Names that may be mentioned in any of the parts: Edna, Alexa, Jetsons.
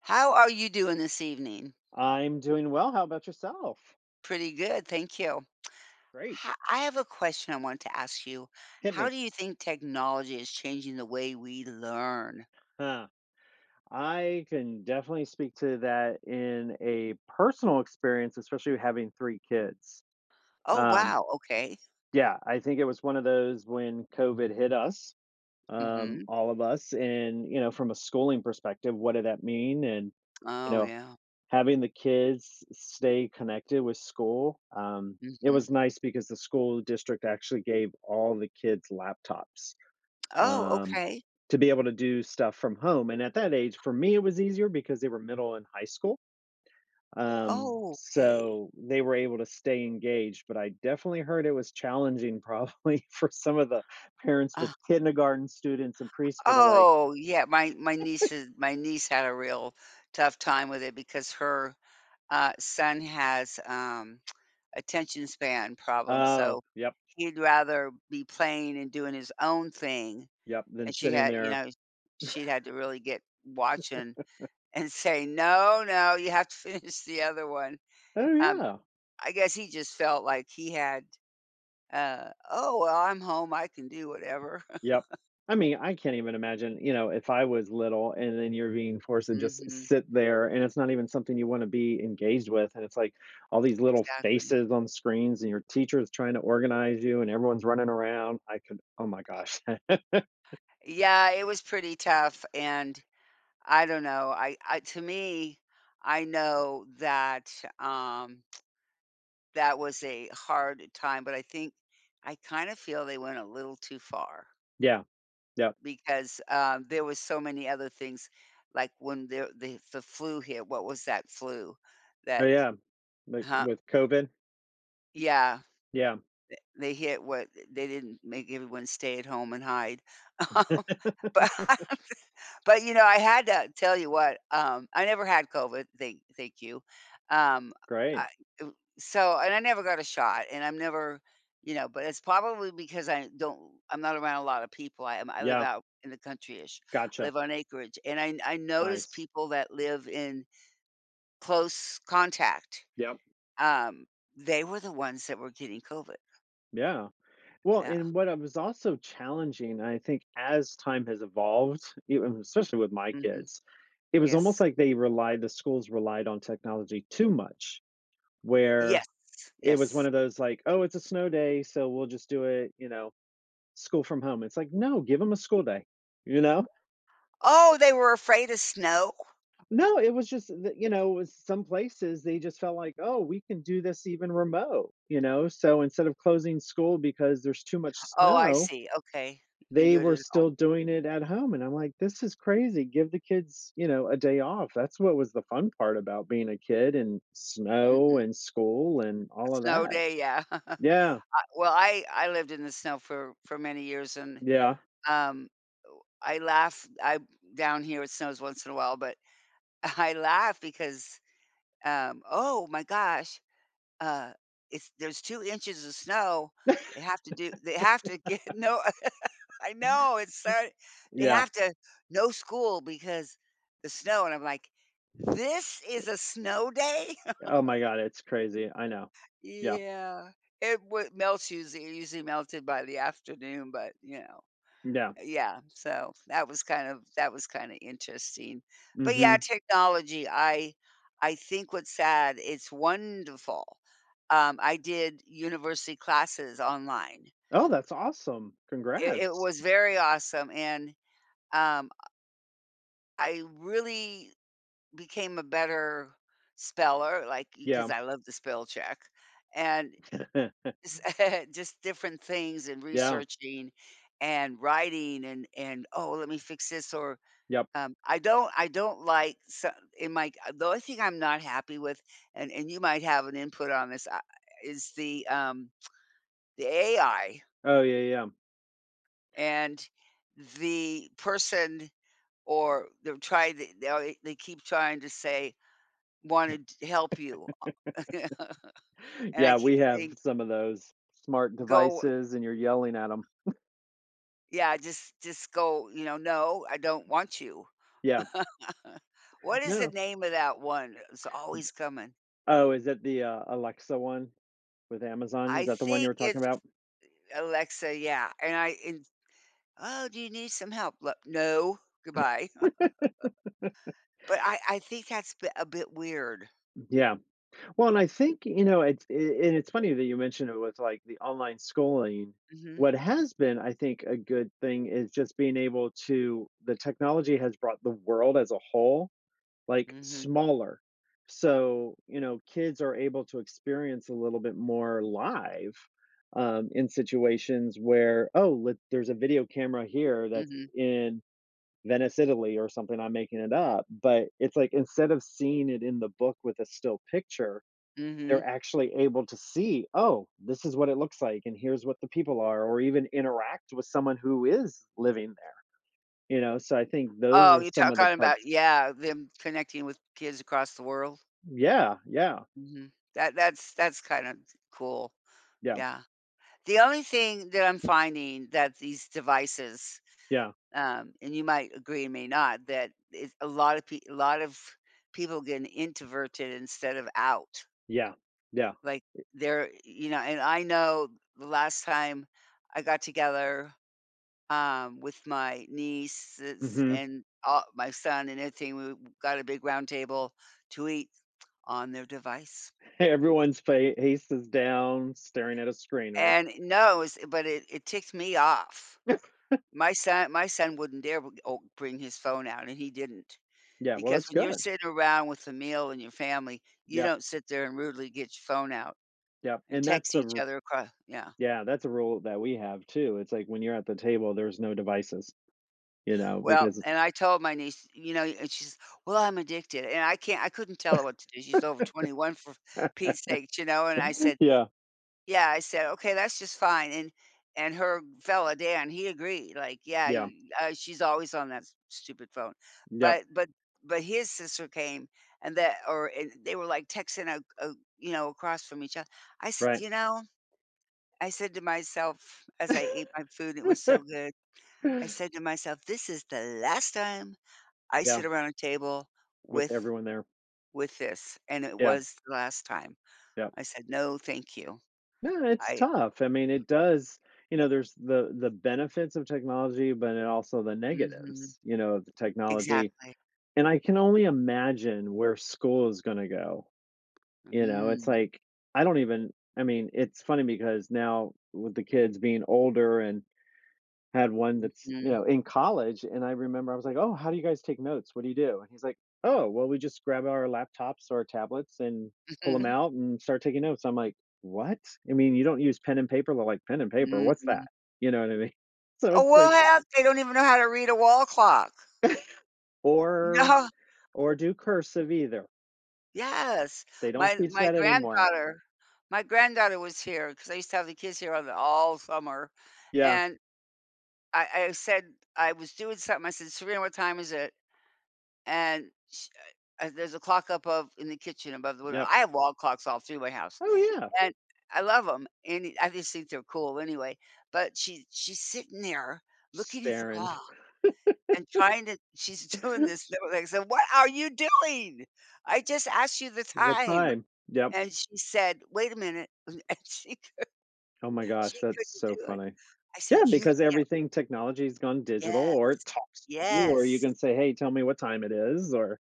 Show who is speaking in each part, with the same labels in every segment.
Speaker 1: How are you doing this evening?
Speaker 2: I'm doing well. How about yourself?
Speaker 1: Pretty good, thank you.
Speaker 2: Great.
Speaker 1: Ho I have a question I want to ask you.
Speaker 2: Hit
Speaker 1: How
Speaker 2: me.
Speaker 1: do you think technology is changing the way we learn?
Speaker 2: Huh. I can definitely speak to that in a personal experience, especially having three kids.
Speaker 1: Oh,
Speaker 2: Um,
Speaker 1: wow, okay.
Speaker 2: yeah, I think it was one of those when COVID hit us,
Speaker 1: Mhm.
Speaker 2: all of us, and from a schooling perspective, what did that mean? And you
Speaker 1: Oh,
Speaker 2: know,
Speaker 1: yeah.
Speaker 2: having the kids stay connected with school, it
Speaker 1: Mhm.
Speaker 2: was nice because the school district actually gave all the kids laptops
Speaker 1: Oh,
Speaker 2: um,
Speaker 1: okay.
Speaker 2: to be able to do stuff from home. And at that age, for me, it was easier because they were middle and high school. Um,
Speaker 1: Oh, okay.
Speaker 2: so they were able to stay engaged, but I definitely heard it was challenging probably for some of the parents with
Speaker 1: Uh,
Speaker 2: kindergarten students and preschool. They're like,
Speaker 1: oh, yeah, my niece had a real tough time with it because her son has attention span problem,
Speaker 2: oh,
Speaker 1: so
Speaker 2: yep,
Speaker 1: he'd rather be playing and doing his own thing,
Speaker 2: yep. Then
Speaker 1: and she
Speaker 2: sitting
Speaker 1: had you
Speaker 2: there,
Speaker 1: know, she'd had to really get watching and say, "No, no, you have to finish the other one."
Speaker 2: oh,
Speaker 1: Um,
Speaker 2: yeah,
Speaker 1: I guess he just felt like he had, "Oh, well, I'm home, I can do whatever."
Speaker 2: yep. I mean, I can't even imagine, if I was little and then you're being forced to just
Speaker 1: Mhm,
Speaker 2: sit there and it's not even something you want to be engaged with. And it's like all these little
Speaker 1: exactly.
Speaker 2: faces on screens and your teacher is trying to organize you and everyone's running around. I could, oh my gosh.
Speaker 1: Yeah, it was pretty tough, and I don't know, I to me, I know that, um that was a hard time, but I think I kind of feel they went a little too far
Speaker 2: Yeah. Yeah.
Speaker 1: because, there was so many other things, like when the flu hit, what was that flu
Speaker 2: But
Speaker 1: that?
Speaker 2: yeah. Like
Speaker 1: Huh?
Speaker 2: with COVID.
Speaker 1: Yeah,
Speaker 2: Yeah.
Speaker 1: they hit, what, they didn't make everyone stay at home and hide. Um, but But, you know, I had to tell you what, I never had COVID, thank you. Um,
Speaker 2: Great.
Speaker 1: I ooh, so and I never got a shot, and I'm never you know, but it's probably because I'm not around a lot of people, I live
Speaker 2: Yeah.
Speaker 1: out in the countryish. I
Speaker 2: Gotcha.
Speaker 1: live on acreage, and I notice
Speaker 2: Nice.
Speaker 1: people that live in close contact,
Speaker 2: Yep.
Speaker 1: um, they were the ones that were getting COVID.
Speaker 2: Yeah. Well,
Speaker 1: Yeah.
Speaker 2: and what I was also challenging, I think as time has evolved, even especially with my
Speaker 1: Mhm.
Speaker 2: kids, it was almost
Speaker 1: Yes.
Speaker 2: like the schools relied on technology too much,
Speaker 1: Yes,
Speaker 2: where it was one
Speaker 1: yes.
Speaker 2: of those like, "Oh, it's a snow day, so we'll just do it, school from home." It's like, "No, give them a school day." You know?
Speaker 1: Oh, they were afraid of snow?
Speaker 2: No, it was just that, with some places they just felt like, "Oh, we can do this even remote," you know? So instead of closing school because there's too much
Speaker 1: Oh, I
Speaker 2: snow,
Speaker 1: see, okay. You can
Speaker 2: they
Speaker 1: do it
Speaker 2: were
Speaker 1: at,
Speaker 2: still doing it at home, and I'm like, "This is crazy, give the kids, a day off." That's what was the fun part about being a kid and snow
Speaker 1: mhm,
Speaker 2: and school and all of
Speaker 1: snow
Speaker 2: that.
Speaker 1: day, yeah. I
Speaker 2: Yeah,
Speaker 1: well, I lived in the snow for many years, and,
Speaker 2: yeah,
Speaker 1: um, I laugh I down here, it snows once in a while, but I laugh because, "Oh my gosh, uh, it's there's 2 inches of snow. They have to do, they have to get." No, I know, it's so they
Speaker 2: yeah.
Speaker 1: have to no school because the snow, and I'm like, "This is a snow day?"
Speaker 2: Oh my god, it's crazy, I know. Yeah,
Speaker 1: Yeah. It would melts usually usually melted by the afternoon, but, you know.
Speaker 2: yeah,
Speaker 1: Yeah, so that was that was kinda interesting. But, yeah,
Speaker 2: mhm.
Speaker 1: technology, I think what's sad, it's wonderful. I did university classes online.
Speaker 2: Oh, that's awesome,
Speaker 1: It
Speaker 2: congrats.
Speaker 1: was very awesome, and, um, I really became a better speller, like
Speaker 2: Yeah.
Speaker 1: because I love the spell check, and it's just different things and
Speaker 2: Yeah,
Speaker 1: researching and writing and, "Oh, let me fix this," or,
Speaker 2: yep.
Speaker 1: I don't like so in my, the only thing I'm not happy with, and you might have an input on this, is the AI
Speaker 2: Oh, yeah, yeah.
Speaker 1: and the person or they keep trying to say, "Wanted to help you."
Speaker 2: Yeah,
Speaker 1: And I
Speaker 2: yeah,
Speaker 1: keep
Speaker 2: we have
Speaker 1: saying,
Speaker 2: some of those smart
Speaker 1: "Go."
Speaker 2: devices and you're yelling at them.
Speaker 1: Yeah, just go, you know, "No, I don't want you."
Speaker 2: Yeah,
Speaker 1: What is the
Speaker 2: no.
Speaker 1: name of that one? It's always coming.
Speaker 2: Oh, is it the, Alexa one? With Amazon, is
Speaker 1: I
Speaker 2: that the one you
Speaker 1: think
Speaker 2: were talking
Speaker 1: it's
Speaker 2: about?
Speaker 1: Alexa, yeah, and "Oh, do you need some help?" L, "No, goodbye." But I think that's b a bit weird.
Speaker 2: Yeah. Well, and I think, it's a and it's funny that you mentioned it with, like, the online schooling.
Speaker 1: Mhm,
Speaker 2: What has been, I think, a good thing is just being able to the technology has brought the world as a whole, like,
Speaker 1: mhm,
Speaker 2: smaller. So, kids are able to experience a little bit more live, in situations where, "Oh, let there's a video camera here that's
Speaker 1: mhm,
Speaker 2: in Venice, Italy, or something. I'm making it up. But it's like instead of seeing it in the book with a still picture,
Speaker 1: mhm.
Speaker 2: they're actually able to see, oh, this is what it looks like, and here's what the people are, or even interact with someone who is living there, you know? So I think those
Speaker 1: Oh,
Speaker 2: are
Speaker 1: you're
Speaker 2: some of the
Speaker 1: talking about,
Speaker 2: parts.
Speaker 1: yeah, them connecting with kids across the world?
Speaker 2: Yeah, yeah,
Speaker 1: Mhm. That's kinda cool,
Speaker 2: yeah,
Speaker 1: yeah. The only thing that I'm finding, that these devices,
Speaker 2: yeah,
Speaker 1: and you might agree and may not, that it's a lot of pe- a lot of people getting introverted instead of out.
Speaker 2: yeah, yeah.
Speaker 1: Like they're, you know, and I know the last time I got together, with my nieces
Speaker 2: Mhm.
Speaker 1: and all, my son and everything, we got a big round table to eat on their device.
Speaker 2: Everyone's fa face is down, staring at a screen, right?
Speaker 1: And no, it was- but it ticked me off. My son wouldn't dare w- oh, bring his phone out, and he didn't.
Speaker 2: Yeah, well,
Speaker 1: Because
Speaker 2: that's
Speaker 1: when you're
Speaker 2: good.
Speaker 1: sitting around with a meal and your family, you
Speaker 2: Yep,
Speaker 1: don't sit there and rudely get your phone out
Speaker 2: yep.
Speaker 1: and
Speaker 2: And that's
Speaker 1: text each
Speaker 2: the
Speaker 1: other across, yeah.
Speaker 2: yeah, that's a rule that we have too. It's like when you're at the table, there's no devices, you know,
Speaker 1: Well,
Speaker 2: because
Speaker 1: and I told my niece, you know, and she's, "Well, I'm addicted," and I couldn't tell her what to do. She's over 21 for Pete's sake, you know, and I said,
Speaker 2: yeah,
Speaker 1: yeah, I said, "Okay, that's just fine," and her fella, Dan, he agreed, like, "Yeah,
Speaker 2: yeah,
Speaker 1: you, she's always on that s stupid phone."
Speaker 2: yep,
Speaker 1: But but but his sister came and that or and they were, like, texting a you know, across from each other. I said,
Speaker 2: right.
Speaker 1: "You know," I said to myself as I ate my food, it was so good, I said to myself, "This is the last time I
Speaker 2: Yeah,
Speaker 1: sit around a table
Speaker 2: with
Speaker 1: with
Speaker 2: everyone there.
Speaker 1: this," and it
Speaker 2: Yeah,
Speaker 1: was the last time.
Speaker 2: yeah.
Speaker 1: I said, "No, thank you."
Speaker 2: No, it's
Speaker 1: I,
Speaker 2: tough. I mean, it does, there's the benefits of technology, but it also the
Speaker 1: mhm.
Speaker 2: negatives, of the technology.
Speaker 1: Exactly.
Speaker 2: And I can only imagine where school is going to go. It's
Speaker 1: Mm,
Speaker 2: like I don't even I mean, it's funny because now with the kids being older and had one that's,
Speaker 1: mhm,
Speaker 2: in college, and I remember I was like, "Oh, how do you guys take notes? What do you do?" And he's like, "Oh, well, we just grab our laptops or our tablets and pull them
Speaker 1: mhm,
Speaker 2: out and start taking notes." I'm like, "What? I mean, you don't use pen and paper?" They're like, "Pen and paper, what's that?"
Speaker 1: mm.
Speaker 2: You know what I mean? So it's
Speaker 1: Oh, we'll
Speaker 2: like
Speaker 1: have they don't even know how to read a wall clock.
Speaker 2: or
Speaker 1: No.
Speaker 2: or do cursive either.
Speaker 1: Yes.
Speaker 2: They don't
Speaker 1: My
Speaker 2: teach
Speaker 1: my
Speaker 2: that anymore.
Speaker 1: granddaughter my granddaughter was here because I used to have the kids here on the all summer,
Speaker 2: Yeah,
Speaker 1: and I said I was doing something, I said, "Serena, what time is it?" And sh there's a clock up of in the kitchen above the window.
Speaker 2: yep.
Speaker 1: I have wall clocks all through my house,
Speaker 2: Oh, yeah.
Speaker 1: and I love them. And I just think they're cool anyway, but she's sitting there looking at the
Speaker 2: Staring.
Speaker 1: clock, and trying to she's doing this thing. I said, "What are you doing? I just asked you the
Speaker 2: What
Speaker 1: time."
Speaker 2: time? Yep.
Speaker 1: And she said, "Wait a minute." And
Speaker 2: Oh my gosh,
Speaker 1: she
Speaker 2: that's
Speaker 1: couldn't
Speaker 2: so
Speaker 1: do it.
Speaker 2: funny.
Speaker 1: I said,
Speaker 2: Yeah,
Speaker 1: "You
Speaker 2: because
Speaker 1: can't."
Speaker 2: everything technology's gone digital
Speaker 1: Yes,
Speaker 2: or it talks to you, or you
Speaker 1: yes,
Speaker 2: can say, "Hey, tell me what time it is," or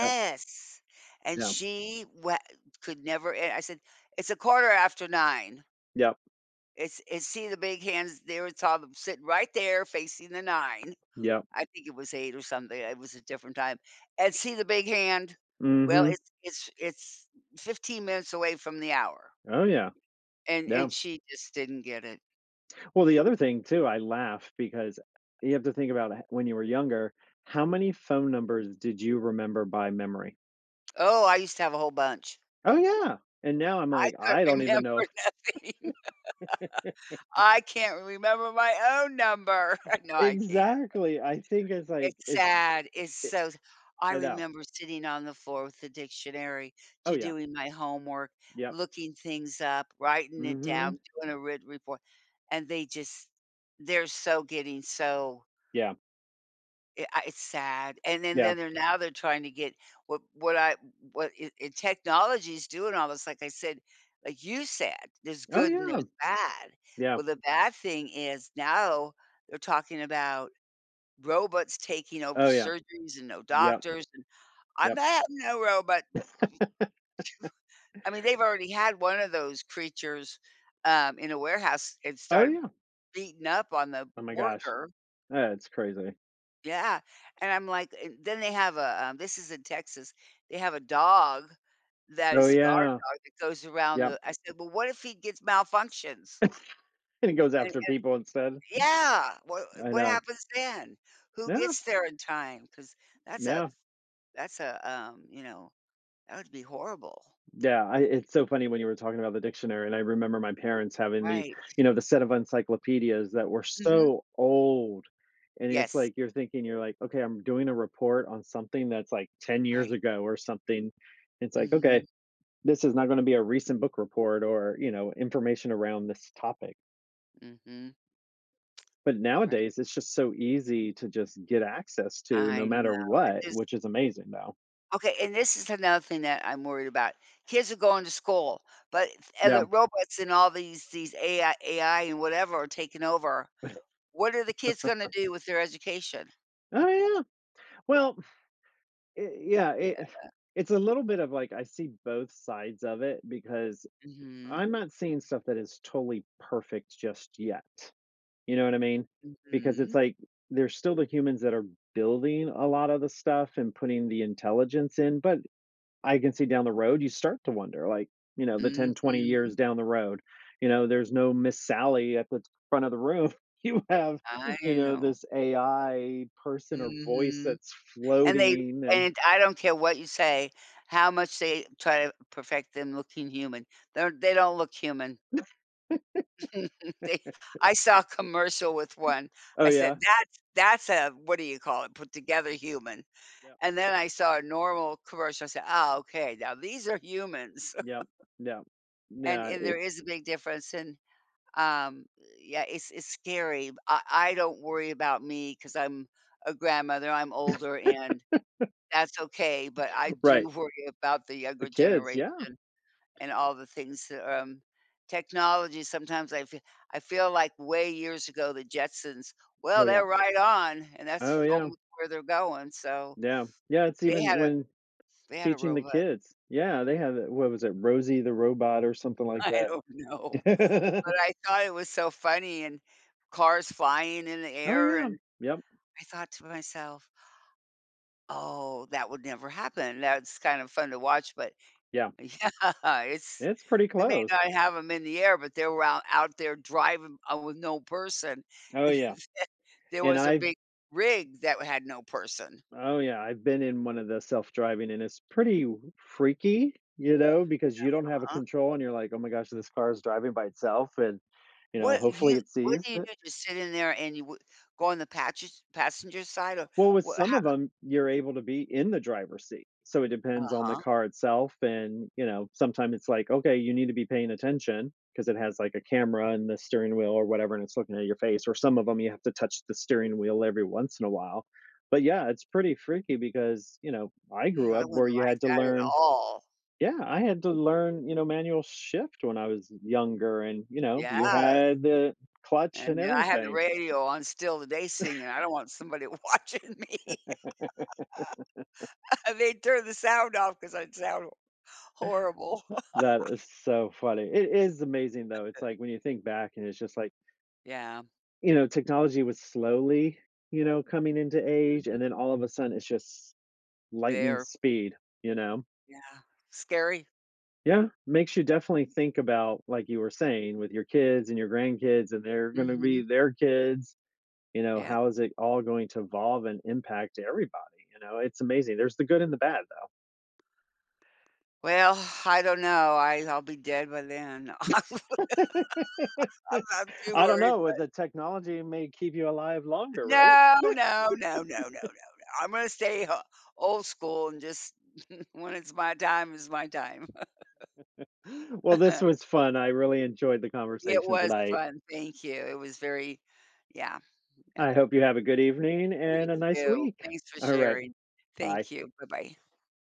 Speaker 2: yep,
Speaker 1: And
Speaker 2: yeah,
Speaker 1: she we could never, and I said, "It's a quarter after 9.
Speaker 2: yep,
Speaker 1: It's See the big hands there. It's all them sitting right there facing the 9."
Speaker 2: yep.
Speaker 1: I think it was 8 or something, it was a different time, and see the big hand? Well,
Speaker 2: Mhm.
Speaker 1: it's 15 minutes away from the hour,
Speaker 2: Oh, yeah, yeah.
Speaker 1: and she just didn't get it.
Speaker 2: Well, the other thing too, I laugh because you have to think about h when you were younger, how many phone numbers did you remember by memory?
Speaker 1: Oh, I used to have a whole bunch.
Speaker 2: Oh, yeah, and now I'm
Speaker 1: I
Speaker 2: like, I
Speaker 1: couldn't
Speaker 2: don't even
Speaker 1: remember
Speaker 2: know.
Speaker 1: nothing. I can't remember my own number. No, I can't.
Speaker 2: Exactly, I think it's like
Speaker 1: It's
Speaker 2: it
Speaker 1: sad, it's
Speaker 2: it
Speaker 1: so, I
Speaker 2: I know.
Speaker 1: remember sitting on the floor with the dictionary
Speaker 2: Oh,
Speaker 1: to
Speaker 2: yeah,
Speaker 1: doing my homework,
Speaker 2: yep,
Speaker 1: looking things up, writing it
Speaker 2: mhm,
Speaker 1: down, doing a written report, and they just they're so getting so,
Speaker 2: yeah,
Speaker 1: I it's sad, and then
Speaker 2: yeah.
Speaker 1: they're, now they're trying to get, what what I what I technology's doing all this, like I said, like you said, there's
Speaker 2: Oh,
Speaker 1: good and
Speaker 2: yeah,
Speaker 1: there's bad.
Speaker 2: yeah.
Speaker 1: Well, the bad thing is now they're talking about robots taking over
Speaker 2: Oh, yeah,
Speaker 1: surgeries and no
Speaker 2: yep,
Speaker 1: doctors, and I'm
Speaker 2: yep.
Speaker 1: not having no robot. I mean, they've already had one of those creatures, in a warehouse and
Speaker 2: Oh,
Speaker 1: started
Speaker 2: yeah.
Speaker 1: beating up on the
Speaker 2: Oh my gosh.
Speaker 1: worker.
Speaker 2: That's crazy.
Speaker 1: Yeah, and I'm like, and then they have a, this is in Texas, they have a dog that
Speaker 2: Oh,
Speaker 1: is the guard
Speaker 2: yeah.
Speaker 1: dog that goes around
Speaker 2: Yep.
Speaker 1: the, I said, "Well, what if he gets malfunctions?"
Speaker 2: And it goes after
Speaker 1: And
Speaker 2: people instead.
Speaker 1: yeah,
Speaker 2: I
Speaker 1: what
Speaker 2: know.
Speaker 1: happens then? Who
Speaker 2: Yeah.
Speaker 1: gets there in time? Because that's
Speaker 2: Yeah.
Speaker 1: a, you know, that would be horrible.
Speaker 2: Yeah. It's so funny when you were talking about the dictionary, and I remember my parents having the,
Speaker 1: Right.
Speaker 2: you know, the set of encyclopedias that were
Speaker 1: Mhm.
Speaker 2: so old. And it's
Speaker 1: Yes.
Speaker 2: like you're thinking, you're like, okay, I'm doing a report on something that's like 10 years
Speaker 1: Right.
Speaker 2: ago or something. It's like, okay,
Speaker 1: Mhm,
Speaker 2: this is not going to be a recent book report or, information around this topic.
Speaker 1: mhm.
Speaker 2: But
Speaker 1: Right.
Speaker 2: nowadays, it's just so easy to just get access to no
Speaker 1: I know.
Speaker 2: matter
Speaker 1: It
Speaker 2: what,
Speaker 1: is,
Speaker 2: which is amazing, though.
Speaker 1: okay, and this is another thing that I'm worried about. Kids are going to school, but and
Speaker 2: Yeah.
Speaker 1: the robots and all these AI and whatever are taking over. What are the kids gonna do with their education?
Speaker 2: Oh, yeah. Well, I yeah,
Speaker 1: Yeah.
Speaker 2: it's a little bit of like I see both sides of it because
Speaker 1: Mhm.
Speaker 2: I'm not seeing stuff that is totally perfect just yet. You know what I mean? Because it's
Speaker 1: Mhm.
Speaker 2: like there's still the humans that are building a lot of the stuff and putting the intelligence in, but I can see down the road, you start to wonder, like, the 10, 20 years
Speaker 1: Mhm.
Speaker 2: down the road, there's no Miss Sally at the front of the room. You have,
Speaker 1: I know.
Speaker 2: this AI person or voice
Speaker 1: Mhm.
Speaker 2: that's
Speaker 1: And they,
Speaker 2: floating and
Speaker 1: and I don't care what you say, how much they try to perfect them looking human. They don't look human. They, I saw a commercial with one.
Speaker 2: oh
Speaker 1: I
Speaker 2: yeah.
Speaker 1: said, that's a, what do you call it, put together human."
Speaker 2: Yeah.
Speaker 1: And then I saw a normal commercial. I said, "Oh, okay, now these are humans."
Speaker 2: Yeah. Yeah. Yeah.
Speaker 1: And there is a big difference and, um, yeah, it's scary. I don't worry about me because 'cause I'm a grandmother, I'm older, and that's okay, but I do
Speaker 2: Right.
Speaker 1: worry about the
Speaker 2: The
Speaker 1: younger
Speaker 2: kids.
Speaker 1: generation
Speaker 2: Yeah.
Speaker 1: and all the things that, technology, sometimes I feel like way years ago, the Jetsons,
Speaker 2: Oh
Speaker 1: well,
Speaker 2: yeah.
Speaker 1: they're right on, and
Speaker 2: Oh
Speaker 1: that's
Speaker 2: yeah.
Speaker 1: almost where they're going, so
Speaker 2: Yeah. Yeah. It's
Speaker 1: they
Speaker 2: even
Speaker 1: had a
Speaker 2: when
Speaker 1: they had a
Speaker 2: teaching the
Speaker 1: robot.
Speaker 2: kids. Yeah. They have what was it? Rosie the robot or something like
Speaker 1: I
Speaker 2: that.
Speaker 1: don't know, but I thought it was so funny and cars flying in the
Speaker 2: Oh
Speaker 1: air,
Speaker 2: yeah.
Speaker 1: and
Speaker 2: Yep.
Speaker 1: I thought to myself, "Oh, that would never happen." That's kind of fun to watch, but,
Speaker 2: Yeah.
Speaker 1: yeah, it's,
Speaker 2: It's pretty
Speaker 1: we may
Speaker 2: close.
Speaker 1: not have them in the air, but they were out there driving, with no person,
Speaker 2: Oh,
Speaker 1: and
Speaker 2: yeah,
Speaker 1: there
Speaker 2: and
Speaker 1: was a
Speaker 2: I've
Speaker 1: big rig that had no person.
Speaker 2: oh, yeah, I've been in one of the self-driving, and it's pretty w freaky, because you don't have a
Speaker 1: uh
Speaker 2: control, and you're like, "Oh my gosh, this car is driving by itself," and,
Speaker 1: What,
Speaker 2: hopefully
Speaker 1: you,
Speaker 2: it
Speaker 1: what
Speaker 2: sees
Speaker 1: do you
Speaker 2: it.
Speaker 1: do? Just sit in there and you w go on the patches passenger side or
Speaker 2: Well, with
Speaker 1: what?
Speaker 2: some of them, you're able to be in the driver's seat, so it depends on the
Speaker 1: Uh-huh.
Speaker 2: car itself, and, sometimes it's like, "Okay, you need to be paying attention because it has, like, a camera in the steering wheel or whatever, and it's looking at your face, or some of them, you have to touch the steering wheel every once in a while. But, yeah, it's pretty freaky because, I
Speaker 1: Yeah,
Speaker 2: grew
Speaker 1: I
Speaker 2: up
Speaker 1: wouldn't
Speaker 2: where you
Speaker 1: like
Speaker 2: had to
Speaker 1: that at
Speaker 2: learn.
Speaker 1: all.
Speaker 2: Yeah, I had to learn, manual shift when I was younger and, you
Speaker 1: Yes,
Speaker 2: had the clutch and
Speaker 1: and then I have the
Speaker 2: everything.
Speaker 1: radio on still today singing, I don't want somebody watching me. They'd turn the sound off because 'cause sound horrible.
Speaker 2: That is so funny. It is amazing though. It's like when you think back and it's just like,
Speaker 1: Yeah.
Speaker 2: technology was slowly, coming into age
Speaker 1: Mhm.
Speaker 2: and then all of a sudden it's just lightning
Speaker 1: They're
Speaker 2: speed, you know?
Speaker 1: yeah, scary.
Speaker 2: Yeah, makes you definitely think about, like you were saying, with your kids and your grandkids, and they're going to be
Speaker 1: Mhm,
Speaker 2: their kids.
Speaker 1: yep.
Speaker 2: How is it all going to evolve and impact everybody? It's amazing. There's the good and the bad,
Speaker 1: Well, I don't know, I'll be dead by then. I'm
Speaker 2: though.
Speaker 1: not too
Speaker 2: I don't
Speaker 1: worried,
Speaker 2: know. With
Speaker 1: but
Speaker 2: The technology may keep you alive longer, right?
Speaker 1: no, no, no, no, no, no, no. I'm gonna stay ho old school and just when it's my time, it's my time.
Speaker 2: Well, this was fun. I really enjoyed the
Speaker 1: It
Speaker 2: conversation
Speaker 1: was
Speaker 2: tonight.
Speaker 1: fun, thank you. It was very, yeah, yep.
Speaker 2: I hope you have a good evening
Speaker 1: You
Speaker 2: and a nice
Speaker 1: too.
Speaker 2: week.
Speaker 1: Thanks for
Speaker 2: All right.
Speaker 1: sharing.
Speaker 2: Bye.
Speaker 1: Thank you. Bye-bye.